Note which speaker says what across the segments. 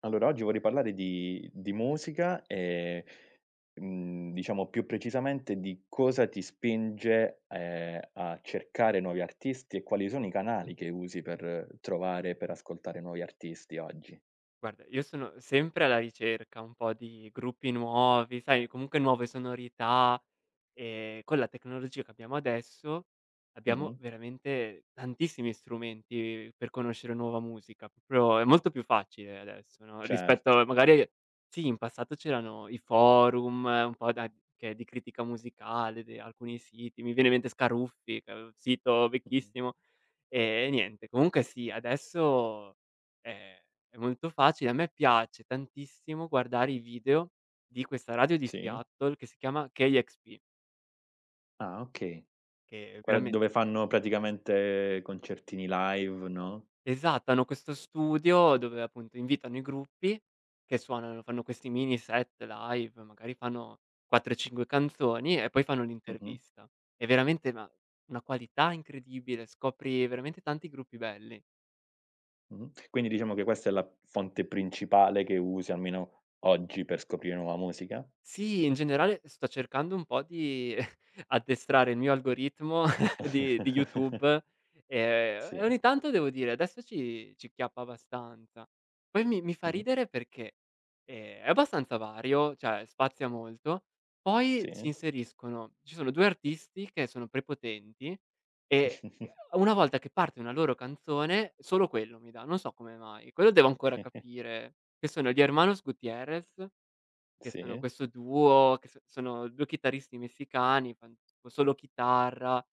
Speaker 1: Allora, oggi vorrei parlare di musica e, diciamo più precisamente di cosa ti spinge, a cercare nuovi artisti e quali sono i canali che usi per trovare, per ascoltare nuovi artisti oggi.
Speaker 2: Guarda, io sono sempre alla ricerca un po' di gruppi nuovi, sai, comunque nuove sonorità, con la tecnologia che abbiamo adesso, abbiamo
Speaker 1: Mh-mh.
Speaker 2: veramente tantissimi strumenti per conoscere nuova musica, proprio è molto più facile adesso, no,
Speaker 1: Certo.
Speaker 2: magari sì, in passato c'erano i forum, un po' da che di critica musicale, de alcuni siti, mi viene in mente Scaruffi, che è un sito
Speaker 1: Mh-mh.
Speaker 2: vecchissimo, e niente, comunque sì, adesso è è molto facile. A me piace tantissimo guardare i video di questa radio di
Speaker 1: Sì.
Speaker 2: Seattle che si chiama KXP,
Speaker 1: Ah, okay.
Speaker 2: che
Speaker 1: Quella
Speaker 2: veramen
Speaker 1: dove fanno praticamente concertini live, no?
Speaker 2: esatto, hanno questo studio dove appunto invitano i gruppi che suonano fanno questi mini set live, magari fanno 4, 5 canzoni e poi fanno
Speaker 1: Mh-mh.
Speaker 2: l'intervista. È veramente, ma una qualità incredibile, scopri veramente tanti gruppi belli.
Speaker 1: Mh-mh. Quindi diciamo che questa è la fonte principale che usi, almeno oggi, per scoprire nuova musica?
Speaker 2: Sì, in generale sto cercando un po' di addestrare il mio algoritmo di YouTube, e
Speaker 1: Sì,
Speaker 2: ogni tanto devo dire adesso ci chiappa abbastanza. Poi mi fa
Speaker 1: mh-mh,
Speaker 2: ridere perché, è abbastanza vario, cioè spazia molto, poi si
Speaker 1: sì,
Speaker 2: inseriscono ci sono 2 artisti che sono prepotenti e una volta che parte una loro canzone solo quello mi dà, non so come mai. Quello devo ancora capire, che sono gli Hermanos Gutierrez, che sono
Speaker 1: sì,
Speaker 2: questo duo, che so sono 2 chitarristi messicani, fan tipo solo chitarra,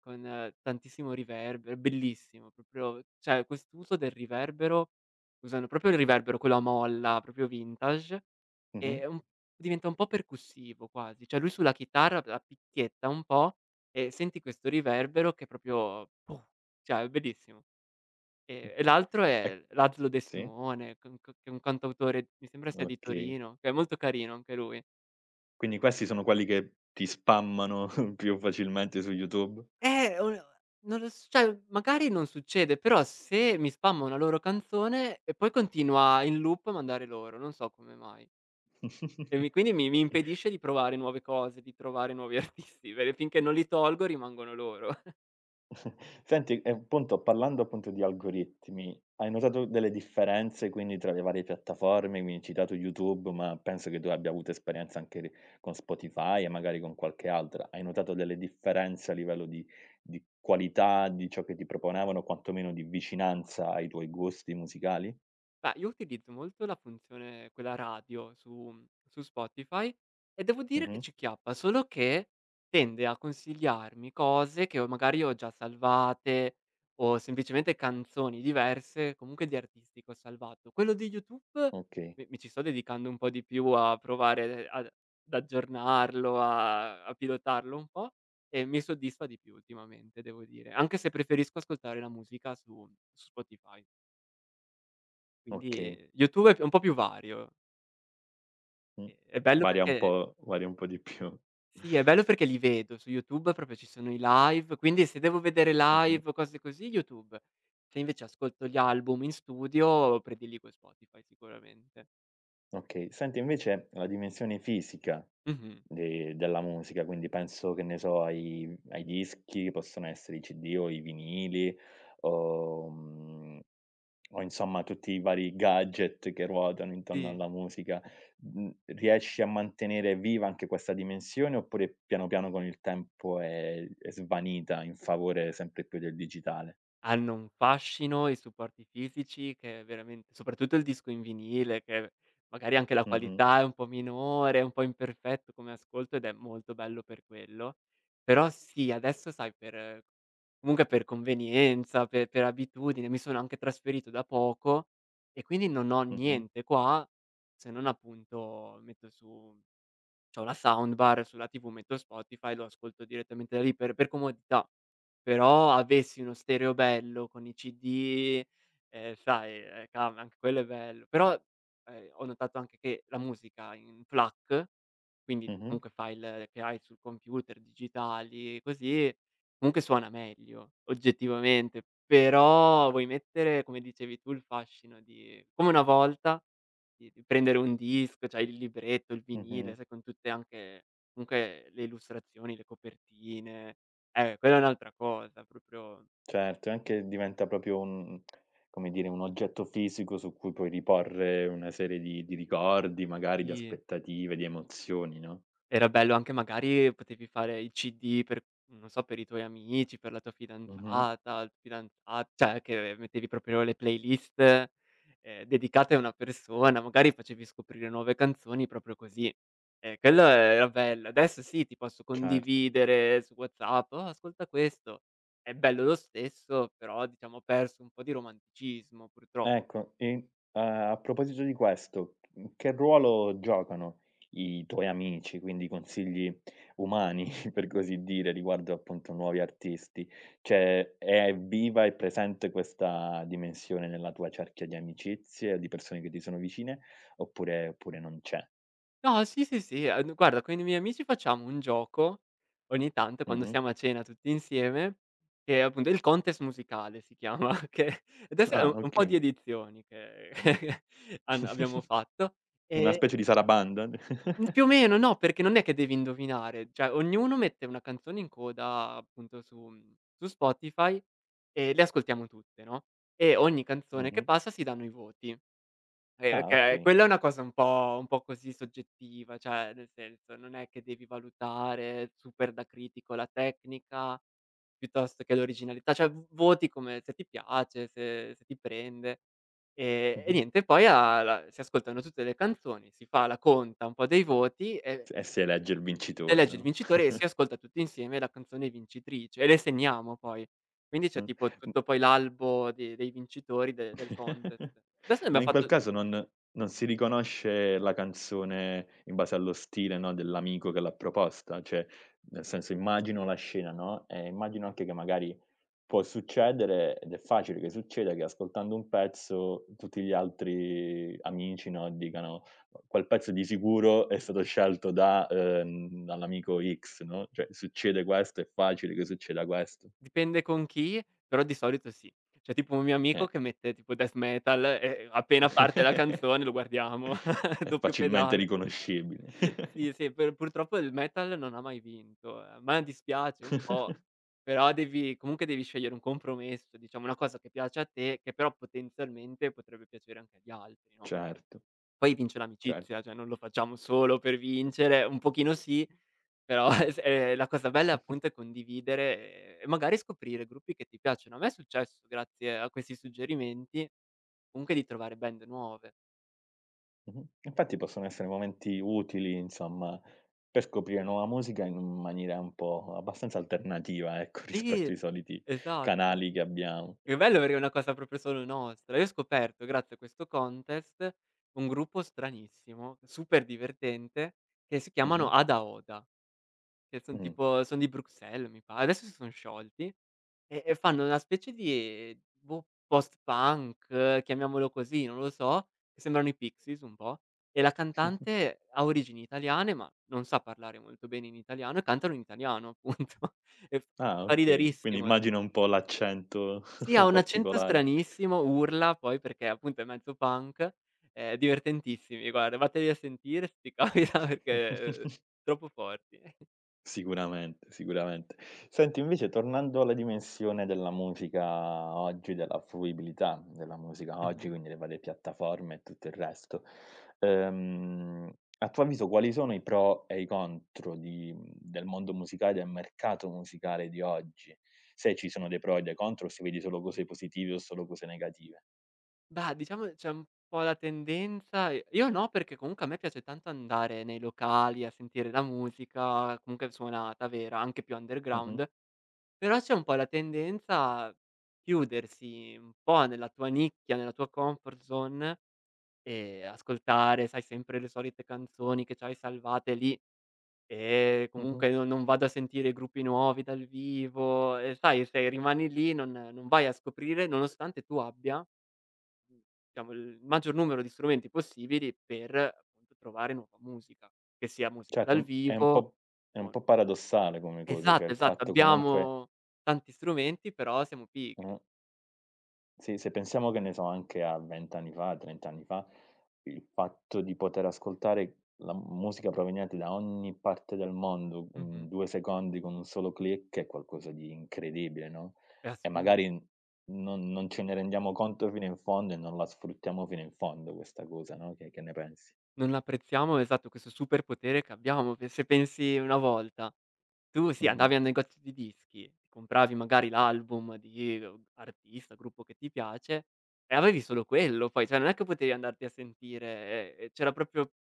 Speaker 2: con tantissimo riverbero, è bellissimo, proprio cioè quest'uso del riverbero, usano proprio il riverbero quello a molla, proprio vintage,
Speaker 1: mh-mh,
Speaker 2: e un diventa un po' percussivo quasi, cioè lui sulla chitarra la picchietta un po' e senti questo riverbero che proprio boh, cioè è bellissimo.
Speaker 1: mh.
Speaker 2: E l'altro
Speaker 1: E
Speaker 2: è l'Azlo De
Speaker 1: sì,
Speaker 2: Simone, che è un c che è un cantautore, mi sembra sia di
Speaker 1: okay.
Speaker 2: Torino, che è molto carino anche lui.
Speaker 1: Quindi questi sono quelli che ti spammano più facilmente su YouTube?
Speaker 2: O non lo s cioè magari non succede, però se mi spamma una loro canzone e poi continua in loop a mandare loro, non so come mai. E mi quindi mi impedisce di provare nuove cose, di trovare nuovi artisti, perché finché non li tolgo rimangono loro.
Speaker 1: Senti, e appunto parlando appunto di algoritmi, hai notato delle differenze quindi tra le varie piattaforme? Quindi hai citato YouTube, ma penso che tu abbia avuto esperienza anche con Spotify e magari con qualche altra. Hai notato delle differenze a livello di qualità di ciò che ti proponevano, quantomeno di vicinanza ai tuoi gusti musicali?
Speaker 2: Beh, io utilizzo molto la funzione quella radio su su Spotify e devo dire che
Speaker 1: Mhm.
Speaker 2: ci chiappa, solo che tende a consigliarmi cose che ho già salvate o semplicemente canzoni diverse, comunque di artisti che ho salvato. Quello di YouTube
Speaker 1: Ok,
Speaker 2: mi ci sto dedicando un po' di più a provare ad aggiornarlo, a pilotarlo un po' e mi soddisfa di più ultimamente, devo dire, anche se preferisco ascoltare la musica su Spotify.
Speaker 1: ok.
Speaker 2: Quindi YouTube è un po' più vario.
Speaker 1: Mm.
Speaker 2: È bello perché
Speaker 1: Varia un po' di più.
Speaker 2: sì, è bello perché li vedo. Su YouTube proprio ci sono i live, quindi se devo vedere
Speaker 1: Mhm.
Speaker 2: live o cose così, YouTube. Se invece ascolto gli album in studio prediligo Spotify sicuramente.
Speaker 1: Okay. Senti invece la dimensione fisica
Speaker 2: Mh-mh.
Speaker 1: de della musica, quindi penso, che ne so, ai dischi, possono essere i CD o i vinili o, o insomma tutti i vari gadget che ruotano intorno
Speaker 2: Sì.
Speaker 1: alla musica. Mhmm, riesci a mantenere viva anche questa dimensione, oppure piano piano con il tempo è svanita in favore sempre più del digitale?
Speaker 2: Hanno un fascino i supporti fisici che è veramente, soprattutto il disco in vinile, che magari anche la
Speaker 1: Mh-mh,
Speaker 2: qualità è un po' minore, è un po' imperfetto come ascolto ed è molto bello per quello. Però sì, adesso sai per comunque per convenienza, pe per abitudine, mi sono anche trasferito da poco e quindi non ho
Speaker 1: mh-mh,
Speaker 2: niente qua, se non appunto metto su. C'ho la soundbar, sulla TV metto Spotify, lo ascolto direttamente da lì per comodità. Però avessi uno stereo bello con i CD, sai, cavolo, anche quello è bello. Però, ho notato anche che la musica in FLAC, quindi
Speaker 1: mh-mh,
Speaker 2: comunque file che hai sul computer, digitali, così, comunque suona meglio oggettivamente, però vuoi mettere, come dicevi tu, il fascino di come una volta, di prendere un disco, c'hai il libretto, il vinile,
Speaker 1: mh-mh.
Speaker 2: sai, con tutte anche comunque le illustrazioni, le copertine. Quella è un'altra cosa, proprio
Speaker 1: Certo, e anche diventa proprio un come dire, un oggetto fisico su cui puoi riporre una serie di ricordi, magari di
Speaker 2: sì.
Speaker 1: aspettative, di emozioni, no.
Speaker 2: Era bello anche, magari potevi fare i CD per non so, per i tuoi amici, per la tua
Speaker 1: Mh-mh,
Speaker 2: fidanzata, il fidanza cioè che mettevi proprio le playlist, dedicate a una persona, magari facevi scoprire nuove canzoni proprio così. E quello era bello. Adesso sì, ti posso
Speaker 1: certo.
Speaker 2: condividere su WhatsApp: "Oh, ascolta questo." È bello lo stesso, però diciamo ha perso un po' di romanticismo purtroppo.
Speaker 1: Ecco, e, a proposito di questo, che ruolo giocano i tuoi amici, quindi consigli umani, per così dire, riguardo appunto nuovi artisti? Cioè, è viva e presente questa dimensione nella tua cerchia di amicizie, di persone che ti sono vicine, oppure non c'è?
Speaker 2: No, sì, sì, sì, guarda, con i miei amici facciamo un gioco, ogni tanto quando
Speaker 1: Mh-mh.
Speaker 2: siamo a cena tutti insieme, che appunto è appunto il contest musicale si chiama, che adesso è
Speaker 1: Ah,
Speaker 2: u un po' di
Speaker 1: okay.
Speaker 2: edizioni che han abbiamo fatto,
Speaker 1: Una
Speaker 2: ehm,
Speaker 1: specie di sarabanda?
Speaker 2: mhmm, più o meno no, perché non è che devi indovinare, cioè ognuno mette una canzone in coda appunto su su Spotify e le ascoltiamo tutte, no, e ogni canzone che
Speaker 1: Mh-mh.
Speaker 2: passa si danno i voti.
Speaker 1: Ah,
Speaker 2: Okay,
Speaker 1: okay.
Speaker 2: quella è una cosa un po' così soggettiva, cioè nel senso, non è che devi valutare super da critico la tecnica, piuttosto che l'originalità, cioè v voti come, se ti piace, se ti prende. E
Speaker 1: Mh-mh.
Speaker 2: niente, poi a la si ascoltano tutte le canzoni, si fa la conta un po' dei voti e
Speaker 1: S E si elegge il
Speaker 2: si
Speaker 1: vincitore,
Speaker 2: elegge il
Speaker 1: no?
Speaker 2: vincitore, e si ascolta tutti insieme la canzone vincitrice e le segniamo poi. Quindi c'è
Speaker 1: Mh.
Speaker 2: tipo tutto poi l'albo de dei vincitori de del contest. Adesso ne abbiam
Speaker 1: Ma in quel
Speaker 2: fatto.
Speaker 1: caso non si riconosce la canzone in base allo stile, no, dell'amico che l'ha proposta? Cioè, nel senso immagino la scena, no, e immagino anche che magari può succedere, ed è facile che succeda, che ascoltando un pezzo tutti gli altri amici, no, dicano: "Quel pezzo di sicuro è stato scelto da, dall'amico X", no, cioè succede questo, è facile che succeda questo.
Speaker 2: Dipende con chi, però di solito sì. C'è tipo un mio amico
Speaker 1: Eh.
Speaker 2: che mette tipo death metal e appena parte la canzone lo guardiamo,
Speaker 1: È
Speaker 2: doppio
Speaker 1: facilmente
Speaker 2: pedale.
Speaker 1: riconoscibile.
Speaker 2: Sì, sì, per purtroppo il metal non ha mai vinto, a me dispiace un po', però devi scegliere un compromesso, diciamo una cosa che piace a te, che però potenzialmente potrebbe piacere anche agli altri, no?
Speaker 1: Certo,
Speaker 2: Poi vince
Speaker 1: cer
Speaker 2: l'amicizia, cioè non lo facciamo solo per vincere, un pochino sì, però es la cosa bella appunto è condividere e magari scoprire gruppi che ti piacciono. A me è successo grazie a questi suggerimenti, comunque di trovare band nuove.
Speaker 1: Mh-mh. Infatti possono essere momenti utili, insomma, per scoprire nuova musica in maniera un po' abbastanza alternativa, ecco,
Speaker 2: Sì,
Speaker 1: rispetto ai soliti
Speaker 2: esatto.
Speaker 1: canali che abbiamo.
Speaker 2: Che bello, perché è una cosa proprio solo nostra. Io ho scoperto grazie a questo contest un gruppo stranissimo, super divertente, che si chiamano
Speaker 1: Mh-mh.
Speaker 2: Ada Oda. Che son
Speaker 1: Mh.
Speaker 2: tipo son di Bruxelles mi pa, adesso si son sciolti, e fanno una specie di, boh, post-punk, chiamiamolo così, non lo so, che sembrano i Pixies un po', e la cantante ha origini italiane, ma non sa parlare molto bene in italiano e cantano in italiano appunto, e
Speaker 1: Ah,
Speaker 2: fa
Speaker 1: okay. Quindi
Speaker 2: riderissimo.
Speaker 1: immagino un po' l'accento
Speaker 2: Sì, ha un accento
Speaker 1: particolare.
Speaker 2: stranissimo, urla poi perché appunto è mezzo punk, divertentissimi guarda, vatteli a sentire 'sti caspita perché eh, troppo forti.
Speaker 1: Sicuramente, sicuramente. Senti invece tornando alla dimensione della musica oggi, della fruibilità della musica oggi,
Speaker 2: Mh-mh.
Speaker 1: quindi le varie piattaforme e tutto il resto, ehm, a tuo avviso quali sono i pro e i contro di del mondo musicale, del mercato musicale di oggi? Se ci sono dei pro e dei contro, o se vedi solo cose positive o solo cose negative.
Speaker 2: Bah, diciamo c'è un po' la tendenza i io no, perché comunque a me piace tanto andare nei locali a sentire la musica, comunque suonata vera, anche più
Speaker 1: Mh-mh,
Speaker 2: underground, però c'è un po' la tendenza a chiudersi un po' nella tua nicchia, nella tua comfort zone, e ascoltare, sai, sempre le solite canzoni che c'hai salvate lì, e
Speaker 1: mh-mh.
Speaker 2: comunque no, non vado a sentire gruppi nuovi dal vivo, e sai, se rimani lì non vai a scoprire, nonostante tu abbia mhmm, diciamo il maggior numero di strumenti possibili per, appunto, trovare nuova musica, che sia musica dal
Speaker 1: Certo, è un
Speaker 2: vivo
Speaker 1: po'
Speaker 2: o
Speaker 1: paradossale come cosa, cioè
Speaker 2: esatto,
Speaker 1: il
Speaker 2: esatto,
Speaker 1: fatto comunque
Speaker 2: abbiamo tanti strumenti però siamo
Speaker 1: mh.
Speaker 2: pigri.
Speaker 1: Sì, se pensiamo che ne so, anche a 20 anni fa, 30 anni fa, il fatto di poter ascoltare la musica proveniente da ogni parte del mondo
Speaker 2: Mh-mh.
Speaker 1: in 2 secondi con un solo click è qualcosa di incredibile, no,
Speaker 2: È
Speaker 1: e magari
Speaker 2: assurdo.
Speaker 1: non ce ne rendiamo conto fino in fondo e non la sfruttiamo fino in fondo questa cosa, no, che ne pensi?
Speaker 2: Non apprezziamo, esatto, questo superpotere che abbiamo. Pe Se pensi una volta, tu sì,
Speaker 1: Mh-mh.
Speaker 2: andavi al negozio di dischi, compravi magari l'album di, artista, gruppo che ti piace, e avevi solo quello poi, cioè non è che potevi andarti a sentire, c'era proprio,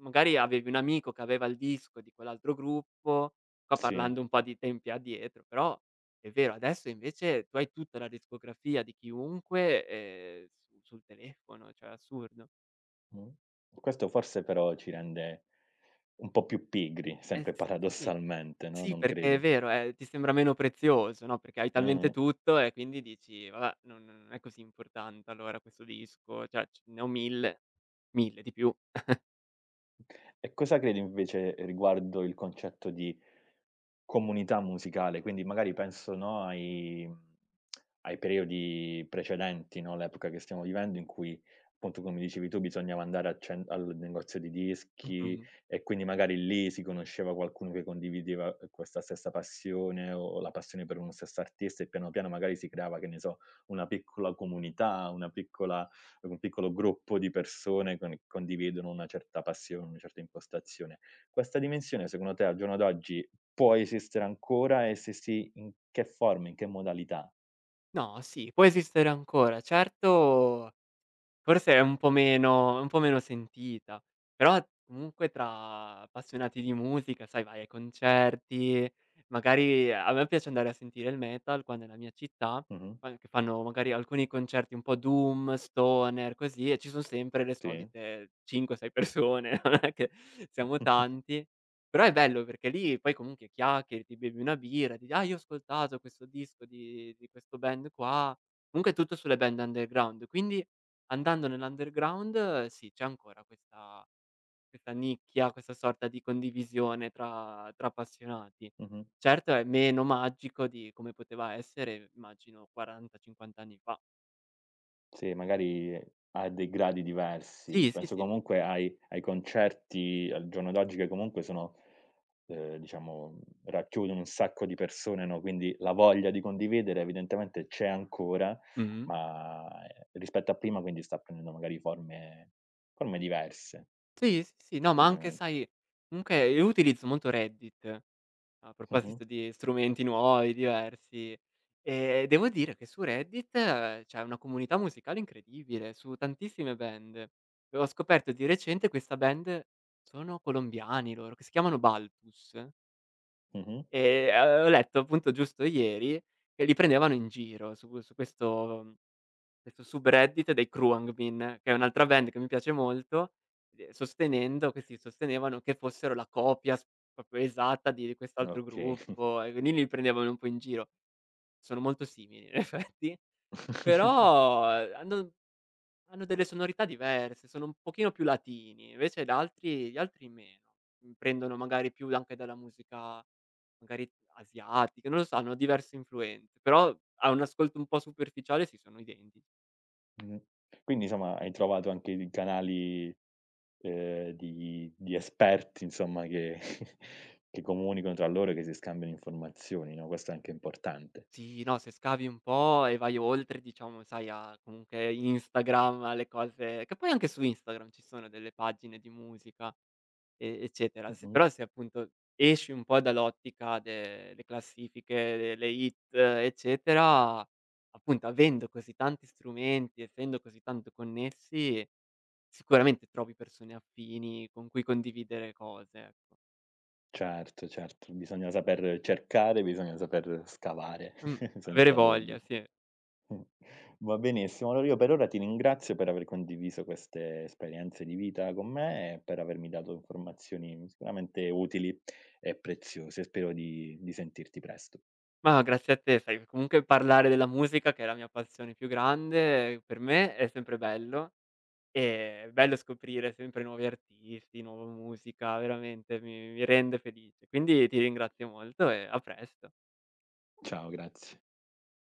Speaker 2: magari avevi un amico che aveva il disco di quell'altro gruppo, qua
Speaker 1: Sì,
Speaker 2: parlando un po' di tempi addietro, però è vero, adesso invece tu hai tutta la discografia di chiunque, su sul telefono, cioè è assurdo.
Speaker 1: mh. Questo forse però ci rende un po' più pigri, sempre
Speaker 2: S sì.
Speaker 1: paradossalmente, no,
Speaker 2: Sì,
Speaker 1: non
Speaker 2: perché è
Speaker 1: credi?
Speaker 2: vero, ti sembra meno prezioso, no, perché hai talmente
Speaker 1: Mh-mh.
Speaker 2: tutto e quindi dici: "Vabbè, non è così importante allora questo disco, cioè c ne ho 1.000, 1.000 di più".
Speaker 1: E cosa credi invece riguardo il concetto di, comunità musicale, quindi magari penso, no, ai ai periodi precedenti, no, l'epoca che stiamo vivendo in cui, appunto, come dicevi tu, bisognava andare al cen al negozio di dischi
Speaker 2: Mh-mh.
Speaker 1: e quindi magari lì si conosceva qualcuno che condivideva questa stessa passione o la passione per uno stesso artista e piano piano magari si creava, che ne so, una piccola comunità, una piccola un piccolo gruppo di persone con condividono una certa passione, una certa impostazione. Questa dimensione secondo te al giorno d'oggi può esistere ancora e se sì, in che forma, in che modalità?
Speaker 2: No, sì, può esistere ancora. Certo, forse è un po' meno, sentita, però comunque tra appassionati di musica, sai, vai ai concerti, magari a me piace andare a sentire il metal qua nella mia città,
Speaker 1: Mh-mh.
Speaker 2: fan che fanno magari alcuni concerti un po' doom, stoner, così, e ci son sempre le
Speaker 1: Sì.
Speaker 2: solite 5, 6 persone, non è che siamo tanti. Però è bello perché lì poi comunque chiacchieri, ti bevi una birra, ti: "Ah, io ho ascoltato questo disco di questo band qua". Comunque è tutto sulle band underground, quindi, andando nell'underground, sì, c'è ancora questa nicchia, questa sorta di condivisione tra appassionati.
Speaker 1: Mh-mh.
Speaker 2: Certo è meno magico di come poteva essere, immagino, 40, 50 anni fa.
Speaker 1: Sì, magari a dei gradi diversi.
Speaker 2: Sì, sì,
Speaker 1: Penso
Speaker 2: sì.
Speaker 1: comunque ai concerti al giorno d'oggi che comunque sono, diciamo racchiudono un sacco di persone, no, quindi la voglia di condividere evidentemente c'è ancora,
Speaker 2: Mh-mh.
Speaker 1: ma, rispetto a prima quindi sta prendendo magari forme forme diverse
Speaker 2: Sì, sì, sì, no, ma anche
Speaker 1: semplicemente.
Speaker 2: sai comunque io utilizzo molto Reddit. A
Speaker 1: Mh-mh.
Speaker 2: proposito di strumenti nuovi, diversi, devo dire che su Reddit c'è una comunità musicale incredibile, su tantissime band. E ho scoperto di recente questa band, sono colombiani loro, che si chiamano Baltus,
Speaker 1: Mh-mh.
Speaker 2: e, ho letto appunto giusto ieri che li prendevano in giro su questo subreddit dei Kruangmin, che è un'altra band che mi piace molto, sostenendo questi sostenevano che fossero la copia s proprio esatta di quest'altro
Speaker 1: Okay.
Speaker 2: gruppo e quindi li prendevano un po' in giro. Sono molto simili in effetti, però hanno delle sonorità diverse, sono un pochino più latini, invece gli altri meno. Mhmm, Prendono magari più anche dalla musica magari asiatica, non lo so, hanno diverse influenze, però a un ascolto un po' superficiale sì, sono identici.
Speaker 1: Mh. Quindi insomma hai trovato anche dei canali, di esperti insomma che che comunicano tra loro e che si scambiano informazioni, no, questo è anche importante.
Speaker 2: Sì, no, se scavi un po' e vai oltre, diciamo, sai, a comunque Instagram, alle cose che poi anche su Instagram ci sono delle pagine di musica, e eccetera.
Speaker 1: Mh-mh.
Speaker 2: Se appunto esci un po' dall'ottica delle classifiche, delle hit, eccetera, appunto avendo così tanti strumenti, essendo così tanto connessi, sicuramente trovi persone affini con cui condividere cose, ecco.
Speaker 1: Certo, certo, bisogna saper cercare, bisogna saper scavare,
Speaker 2: Mh, avere
Speaker 1: senza
Speaker 2: voglia,
Speaker 1: dubbio.
Speaker 2: sì.
Speaker 1: Mh. Va benissimo. Allora io per ora ti ringrazio per aver condiviso queste esperienze di vita con me e per avermi dato informazioni sicuramente utili e preziose. Spero di sentirti presto.
Speaker 2: Ma grazie a te, sai, comunque parlare della musica, che è la mia passione più grande, per me è sempre bello. È bello scoprire sempre nuovi artisti, nuova musica, veramente mi rende felice. Quindi ti ringrazio molto e a presto.
Speaker 1: Ciao, grazie.